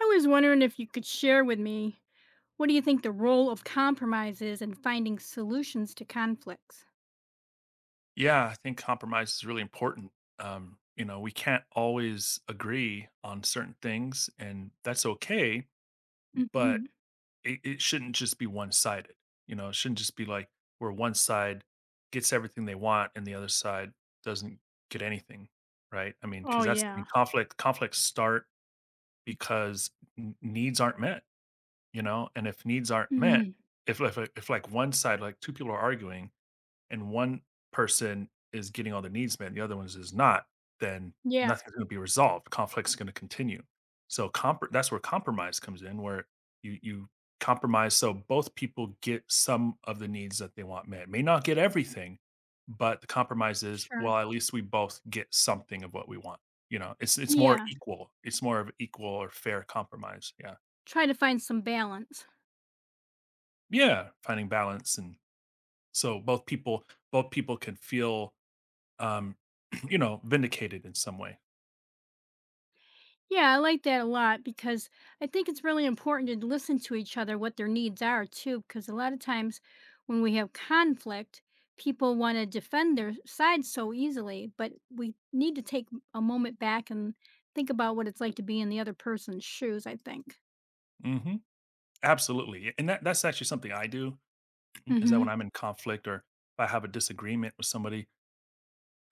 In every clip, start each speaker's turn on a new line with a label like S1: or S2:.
S1: I was wondering if you could share with me, what do you think the role of compromise is in finding solutions to conflicts?
S2: Yeah, I think compromise is really important. You know, we can't always agree on certain things, and that's okay, but
S1: Hmm.
S2: it shouldn't just be one sided. You know, it shouldn't just be like where one side gets everything they want and the other side doesn't get anything, right? I mean,
S1: Oh,
S2: because that's, I mean,
S1: yeah.
S2: conflicts start because needs aren't met, you know, and if needs aren't met,
S1: Hmm.
S2: if like one side, like two people are arguing, and one person is getting all their needs met and the other one is not, then
S1: Yeah,
S2: nothing's gonna be resolved. Conflict's gonna continue. So compr that's where compromise comes in, where you compromise so both people get some of the needs that they want met. May not get everything, but the compromise is,
S1: sure.
S2: well, at least we both get something of what we want. You know, it's more
S1: Yeah,
S2: equal. It's more of equal or fair compromise. Yeah.
S1: try to find some balance.
S2: Yeah. Finding balance and so both people can feel um, you know, vindicated in some way.
S1: Yeah, I like that a lot because I think it's really important to listen to each other what their needs are too. Because a lot of times when we have conflict, people want to defend their side so easily, but we need to take a moment back and think about what it's like to be in the other person's shoes, I think.
S2: Hmm Absolutely, and that's actually something I do. Is that when
S1: Mm-hmm.
S2: I'm in conflict or if I have a disagreement with somebody,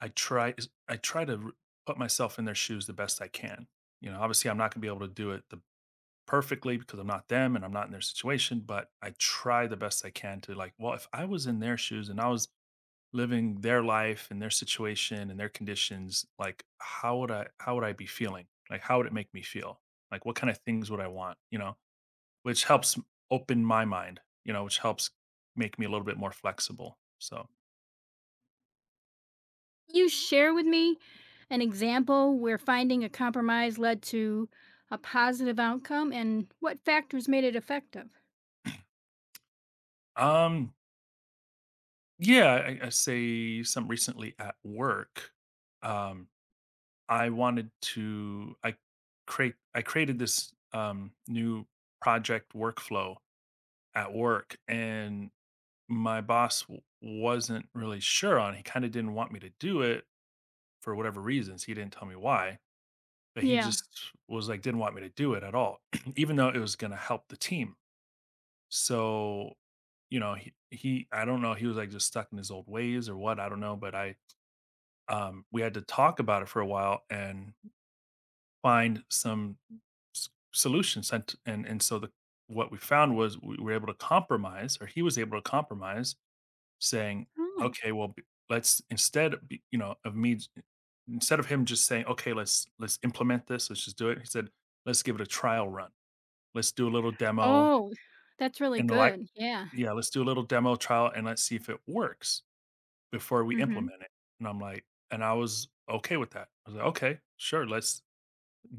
S2: I try to put myself in their shoes the best I can. You know, obviously, I'm not going to be able to do it the perfectly because I'm not them and I'm not in their situation, but I try the best I can to like, well, if I was in their shoes and I was living their life and their situation and their conditions, like how would I be feeling? Like how would it make me feel? Like what kind of things would I want? You know, which helps open my mind. You know, which helps make me a little bit more flexible. So,
S1: You share with me an example where finding a compromise led to a positive outcome and what factors made it effective.
S2: um, yeah, I say some recently at work. Um, I wanted to I create I created this new project workflow at work, and my boss wasn't really sure on. He kind of didn't want me to do it for whatever reasons. He didn't tell me why, but he
S1: Yeah.
S2: just was like, didn't want me to do it at all, even though it was going to help the team. So, you know, I don't know, he was like just stuck in his old ways or what. I don't know, but we had to talk about it for a while and find some solutions. And so what we found was we were able to compromise, or he was able to compromise saying,
S1: Oh,
S2: "Okay, well, b let's instead of b you know, of me j instead of him just saying, 'Okay, let's implement this, let's just do it,'" he said, "Let's give it a trial run. Let's do a little demo
S1: oh that's really
S2: and the like."
S1: good. Yeah.
S2: Yeah, "Let's do a little demo trial and let's see if it works before we
S1: Mm-hmm.
S2: implement it." And I'm like and I was okay with that. I was like, "Okay, sure, let's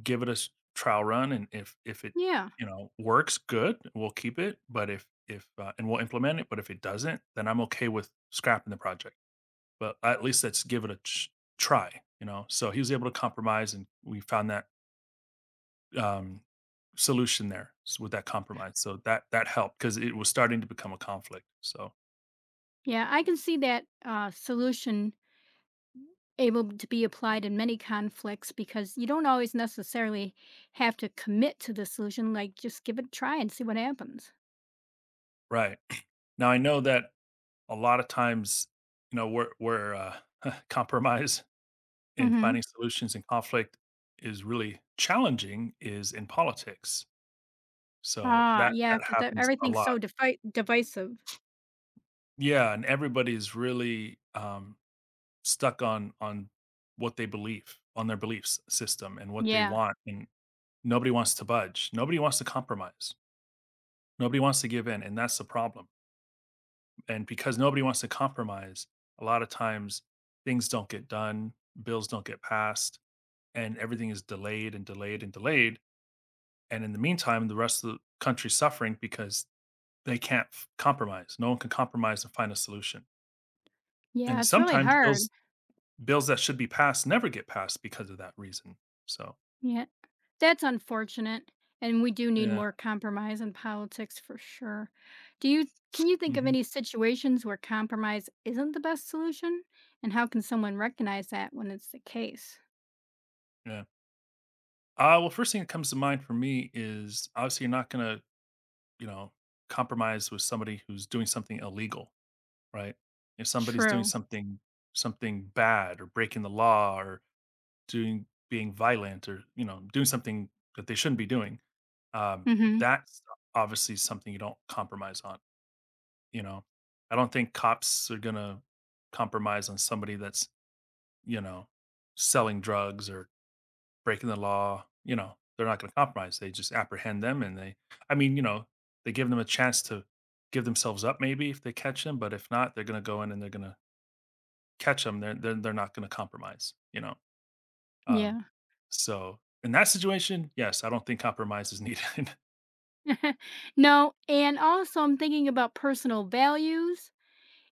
S2: give it a s trial run, and if it,
S1: Yeah.
S2: you know, works, good, we'll keep it, but if, and we'll implement it, but if it doesn't, then I'm okay with scrapping the project. But at least let's give it a try, you know?" So he was able to compromise and we found that um, solution there with that compromise. So that helped because it was starting to become a conflict. So,
S1: Yeah. I can see that solution able to be applied in many conflicts because you don't always necessarily have to commit to the solution. Like, just give it a try and see what happens.
S2: right. Now I know that a lot of times, you know, where compromise and
S1: Mm-hmm.
S2: finding solutions in conflict is really challenging is in politics. So
S1: Ah, yeah,
S2: that
S1: because
S2: happens a
S1: everything's so
S2: lot.
S1: divisive.
S2: Yeah, and everybody's really stuck on what they believe, on their beliefs system and what they
S1: Yeah.
S2: want, and nobody wants to budge. Nobody wants to compromise. Nobody wants to give in, and that's the problem. And because nobody wants to compromise, a lot of times things don't get done, bills don't get passed, and everything is delayed and delayed and delayed. And in the meantime, the rest of the country's suffering because they can't compromise. No one can compromise and find a solution.
S1: Yeah,
S2: And
S1: it's really
S2: sometimes
S1: hard.
S2: bills that should be passed never get passed because of that reason. So
S1: Yeah, that's unfortunate, and we do need
S2: yeah.
S1: more compromise in politics for sure. Do you, can you think of
S2: Mhm.
S1: any situations where compromise isn't the best solution, and how can someone recognize that when it's the case?
S2: Yeah. Well, first thing that comes to mind for me is obviously you're not gonna, you know, compromise with somebody who's doing something illegal, right? If somebody's doing
S1: True.
S2: something something bad or breaking the law or doing being violent or you know doing something that they shouldn't be doing, um,
S1: Mhm.
S2: that's obviously something you don't compromise on. You know, I don't think cops are gonna compromise on somebody that's you know selling drugs or breaking the law, you know, they're not gonna compromise. They just apprehend them and they I mean, you know, they give them a chance to give themselves up maybe if they catch them, but if not, they're gonna go in and they're gonna catch them. They're not gonna compromise, you know. Um
S1: Yeah.
S2: so in that situation, yes, I don't think compromise is needed.
S1: No, and also I'm thinking about personal values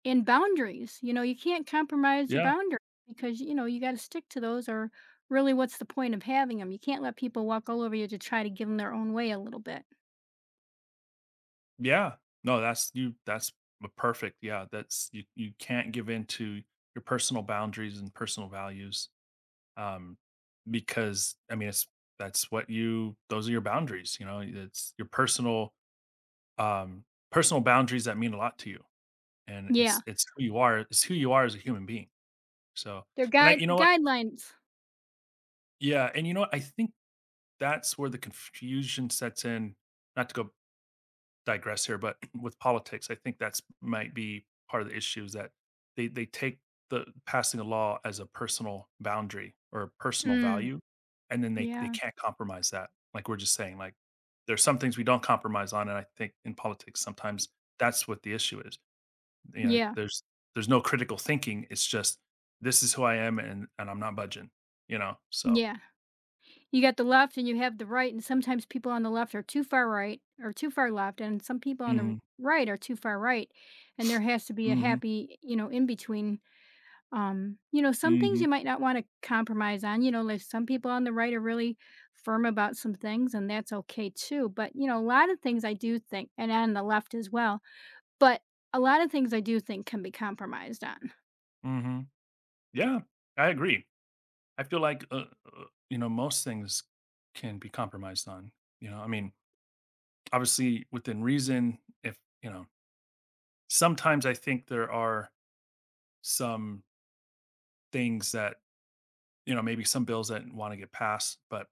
S1: and boundaries. You know, you can't compromise your
S2: Yeah.
S1: boundaries because, you know, you gotta stick to those or really what's the point of having them? You can't let people walk all over you to try to give them their own way a little bit.
S2: Yeah. No, that's a perfect. Yeah, that's you can't give in to your personal boundaries and personal values um, because I mean, it's that's what you those are your boundaries. You know, it's your personal um, personal boundaries that mean a lot to you, and it's
S1: Yeah.
S2: it's who you are. It's who you are as a human being. So,
S1: They're
S2: and I, you know what,
S1: guidelines.
S2: yeah, and you know what, I think that's where the confusion sets in. Not to go digress here, but with politics, I think that's might be part of the issue is that they take the passing a law as a personal boundary or a personal
S1: Mm,
S2: value, and then they
S1: yeah,
S2: can't compromise that. Like we're just saying, like there's some things we don't compromise on, and I think in politics sometimes that's what the issue is. You know,
S1: yeah,
S2: there's no critical thinking. It's just this is who I am, and I'm not budging. You know, so.
S1: yeah. You got the left and you have the right, and sometimes people on the left are too far right or too far left, and some people on
S2: Hmm
S1: the right are too far right, and there has to be a
S2: hmm
S1: happy, you know, in between. You know, some things
S2: hmm
S1: you might not wanna compromise on. You know, there's some people on the right are really firm about some things, and that's okay too, but, you know, a lot of things I do think, and on the left as well, but a lot of things I do think can be compromised on.
S2: hmm Yeah, I agree. I feel like, uh, you know, most things can be compromised on, you know? I mean, obviously within reason, if, you know, sometimes I think there are some things that, you know, maybe some bills that want to get passed, but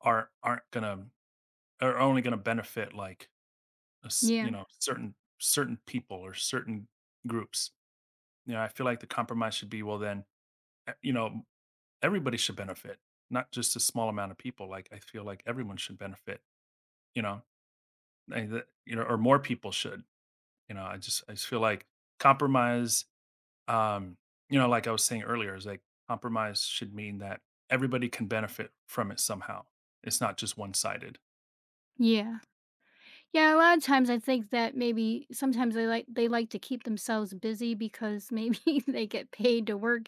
S2: aren't gonna are only gonna benefit like you
S1: Yeah,
S2: know, certain people or certain groups. You know, I feel like the compromise should be, well then, you know, everybody should benefit, not just a small amount of people. Like I feel like everyone should benefit, you know, like that, you know, or more people should. You know, I just feel like compromise, um, you know, like I was saying earlier, is like compromise should mean that everybody can benefit from it somehow. It's not just one sided.
S1: yeah. Yeah, a lot of times I think that maybe sometimes they like, they like to keep themselves busy because maybe they get paid to work.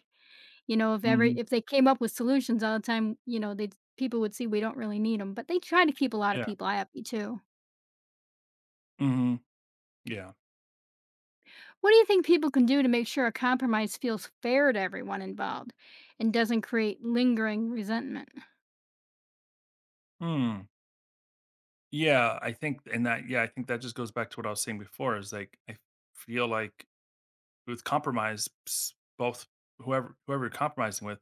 S1: You know, if every,
S2: Hmm
S1: if they came up with solutions all the time, you know, they, people would see we don't really need them. But they try to keep a lot of
S2: Yeah.
S1: people happy too.
S2: hmm Yeah.
S1: What do you think people can do to make sure a compromise feels fair to everyone involved and doesn't create lingering resentment?
S2: Hmm. Yeah. I think, and that, yeah, I think that just goes back to what I was saying before is like, I feel like with compromise, both whoever you're compromising with,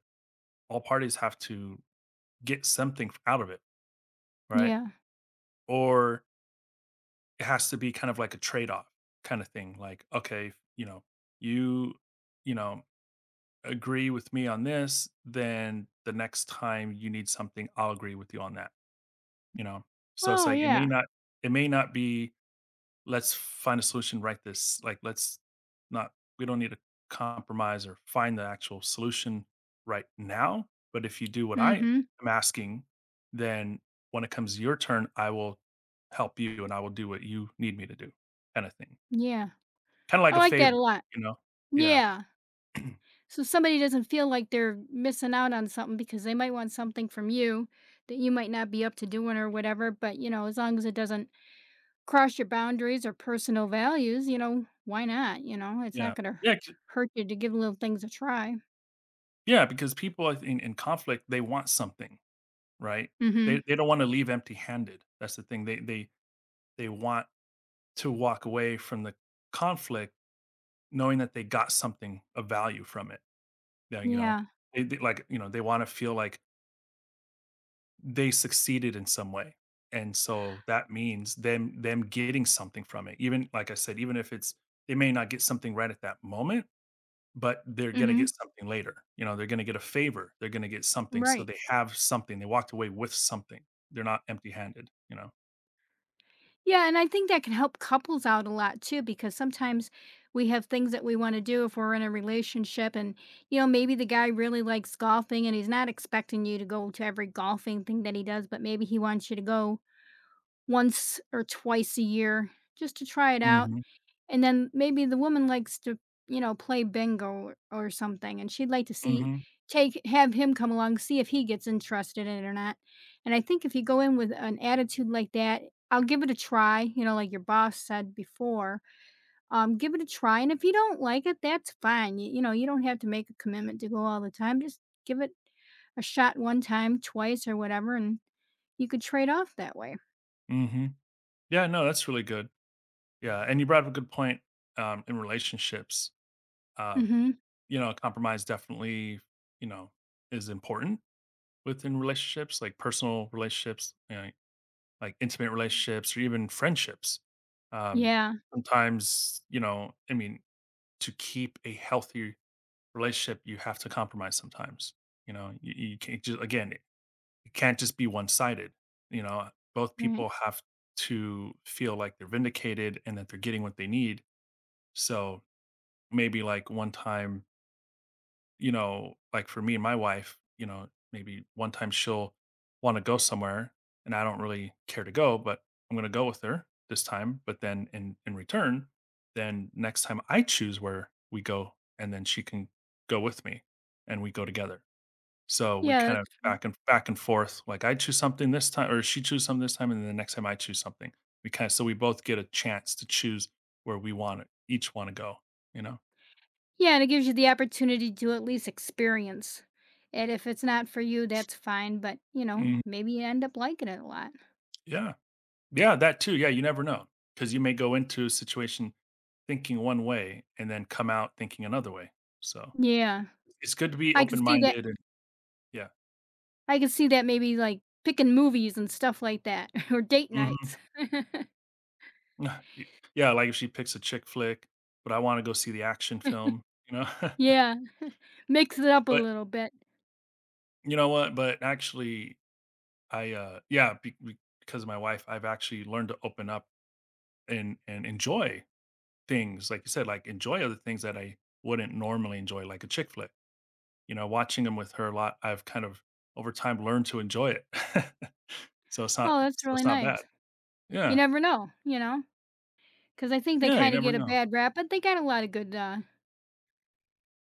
S2: all parties have to get something out of it. Right.
S1: Yeah.
S2: Or it has to be kind of like a trade-off kind of thing. Like, okay, if, you know, you, you know, agree with me on this, then the next time you need something, I'll agree with you on that, you know? So it's
S1: Oh
S2: like,
S1: yeah.
S2: it may not be let's find a solution right this like let's not we don't need to compromise or find the actual solution right now, but if you do what I
S1: Mm-hmm.
S2: am asking, then when it comes to your turn I will help you and I will do what you need me to do, kind of thing,
S1: Yeah.
S2: kind of like
S1: I
S2: a
S1: like that a
S2: favor,
S1: lot.
S2: you know. Yeah.
S1: Yeah. So somebody doesn't feel like they're missing out on something because they might want something from you that you might not be up to doing or whatever. But, you know, as long as it doesn't cross your boundaries or personal values, you know, why not? You know, it's
S2: Yeah
S1: not going to
S2: yeah 'cause
S1: hurt you to give little things a try.
S2: yeah because people I think in conflict they want something, right.
S1: Mm hmm.
S2: They don't want to leave empty handed, that's the thing, they want to walk away from the conflict knowing that they got something of value from it, yeah, you know?
S1: Yeah.
S2: They like, you know, they wanna feel like they succeeded in some way, and so that means them getting something from it, even like I said, even if it's they may not get something right at that moment, but they're gonna get
S1: Mm
S2: something later, you know, they're gonna get a favor, they're gonna get
S1: hmm.
S2: something, so
S1: Right.
S2: they have something, they walked away with something, they're not empty-handed, you know?
S1: Yeah, and I think that can help couples out a lot too, because sometimes we have things that we want to do if we're in a relationship. And, you know, maybe the guy really likes golfing and he's not expecting you to go to every golfing thing that he does, but maybe he wants you to go once or twice a year just to try it out.
S2: Mhm.
S1: And then maybe the woman likes to, you know, play bingo or something, and she'd like to see,
S2: Mhm.
S1: take, have him come along, see if he gets interested in it or not. And I think if you go in with an attitude like that, I'll give it a try, you know, like your boss said before, give it a try. And if you don't like it, that's fine. You know, you don't have to make a commitment to go all the time. Just give it a shot one time, twice, or whatever, and you could trade off that way.
S2: Mhm. Yeah, no, that's really good. Yeah, and you brought up a good point, in relationships. um,
S1: Hmm.
S2: you know, compromise definitely, you know, is important within relationships, like personal relationships, you know, like intimate relationships, or even friendships. Um,
S1: Yeah.
S2: sometimes, you know, I mean, to keep a healthy relationship, you have to compromise sometimes. You know, you can't just, it can't just be one sided. You know, both
S1: Right.
S2: people have to feel like they're vindicated and that they're getting what they need. So maybe like one time, you know, like for me and my wife, you know, maybe one time she'll want to go somewhere and I don't really care to go, but I'm going to go with her this time. But then in return, then next time I choose where we go and then she can go with me and we go together. So we
S1: Yeah.
S2: kind of
S1: That's,
S2: back and forth. Like I choose something this time or she chooses something this time. And then the next time I choose something, we kind of, so we both get a chance to choose where we want to each want to go, you know?
S1: yeah, and it gives you the opportunity to at least experience it. If it's not for you, that's fine, but, you know,
S2: Mm,
S1: maybe you end up liking it a lot.
S2: yeah. Yeah, that too. Yeah, you never know because you may go into a situation thinking one way and then come out thinking another way. So
S1: Yeah.
S2: it's good to be
S1: I can
S2: open
S1: see that,
S2: minded and yeah,
S1: I can see that maybe, like, picking movies and stuff like that or date
S2: mhm.
S1: nights.
S2: Yeah. Like if she picks a chick flick, but I want to go see the action film, you know.
S1: Yeah, mix it up a
S2: But
S1: little bit.
S2: you know what? But actually, I yeah because of my wife, I've actually learned to open up and enjoy things like you said, like enjoy other things that I wouldn't normally enjoy, like a chick flick. You know, watching them with her a lot, I've kind of over time learned to enjoy it.
S1: Oh, that's
S2: So it's
S1: really
S2: not bad.
S1: nice. You
S2: Yeah.
S1: never know, you know, because I think they
S2: Yeah, you
S1: kinda
S2: never
S1: get a
S2: know.
S1: bad rap, but they got a lot of good,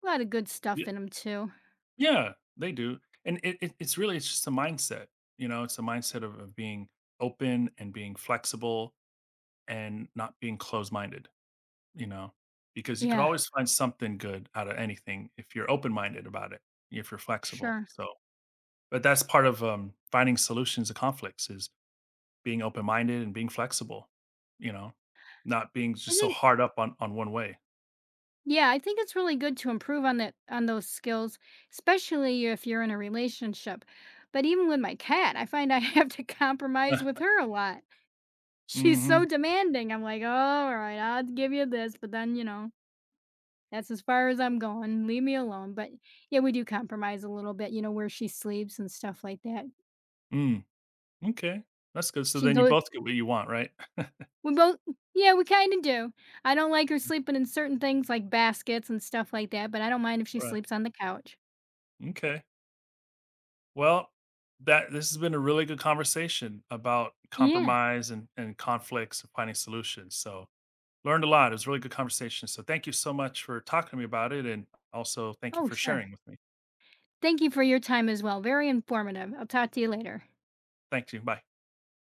S1: a lot of good stuff
S2: Y
S1: in them too.
S2: Yeah, they do, and it's really it's just a mindset, you know, it's a mindset of being open and being flexible and not being closed-minded, you know, because you could
S1: Yeah,
S2: always find something good out of anything if you're open-minded about it, if you're flexible,
S1: sure.
S2: so but that's part of, finding solutions to conflicts is being open-minded and being flexible, you know, not being
S1: I
S2: just so
S1: think
S2: hard up on one way.
S1: Yeah, I think it's really good to improve on that, on those skills, especially if you're in a relationship. But even with my cat, I find I have to compromise
S2: Uh,
S1: with her a lot. She's so
S2: mhm,
S1: demanding. I'm like, oh, all right, I'll give you this, but then you know that's as far as I'm going. Leave me alone. But yeah, we do compromise a little bit. You know, where she sleeps and stuff like that.
S2: mm, m'kay, that's good, so
S1: She
S2: then you
S1: goes.
S2: both get what you want, right?
S1: We both. Yeah, we kind of do. I don't like her sleeping in certain things like baskets and stuff like that, but I don't mind if she
S2: Right,
S1: sleeps on the couch.
S2: okay. Well, that this has been a really good conversation about
S1: Yeah.
S2: compromise and conflicts and finding solutions, so learned a lot, it was a really good conversation, so thank you so much for talking to me about it, and also thank you
S1: Oh,
S2: for sharing
S1: sure.
S2: with me.
S1: Thank you for your time as well. Very informative. I'll talk to you later.
S2: Thank you, bye.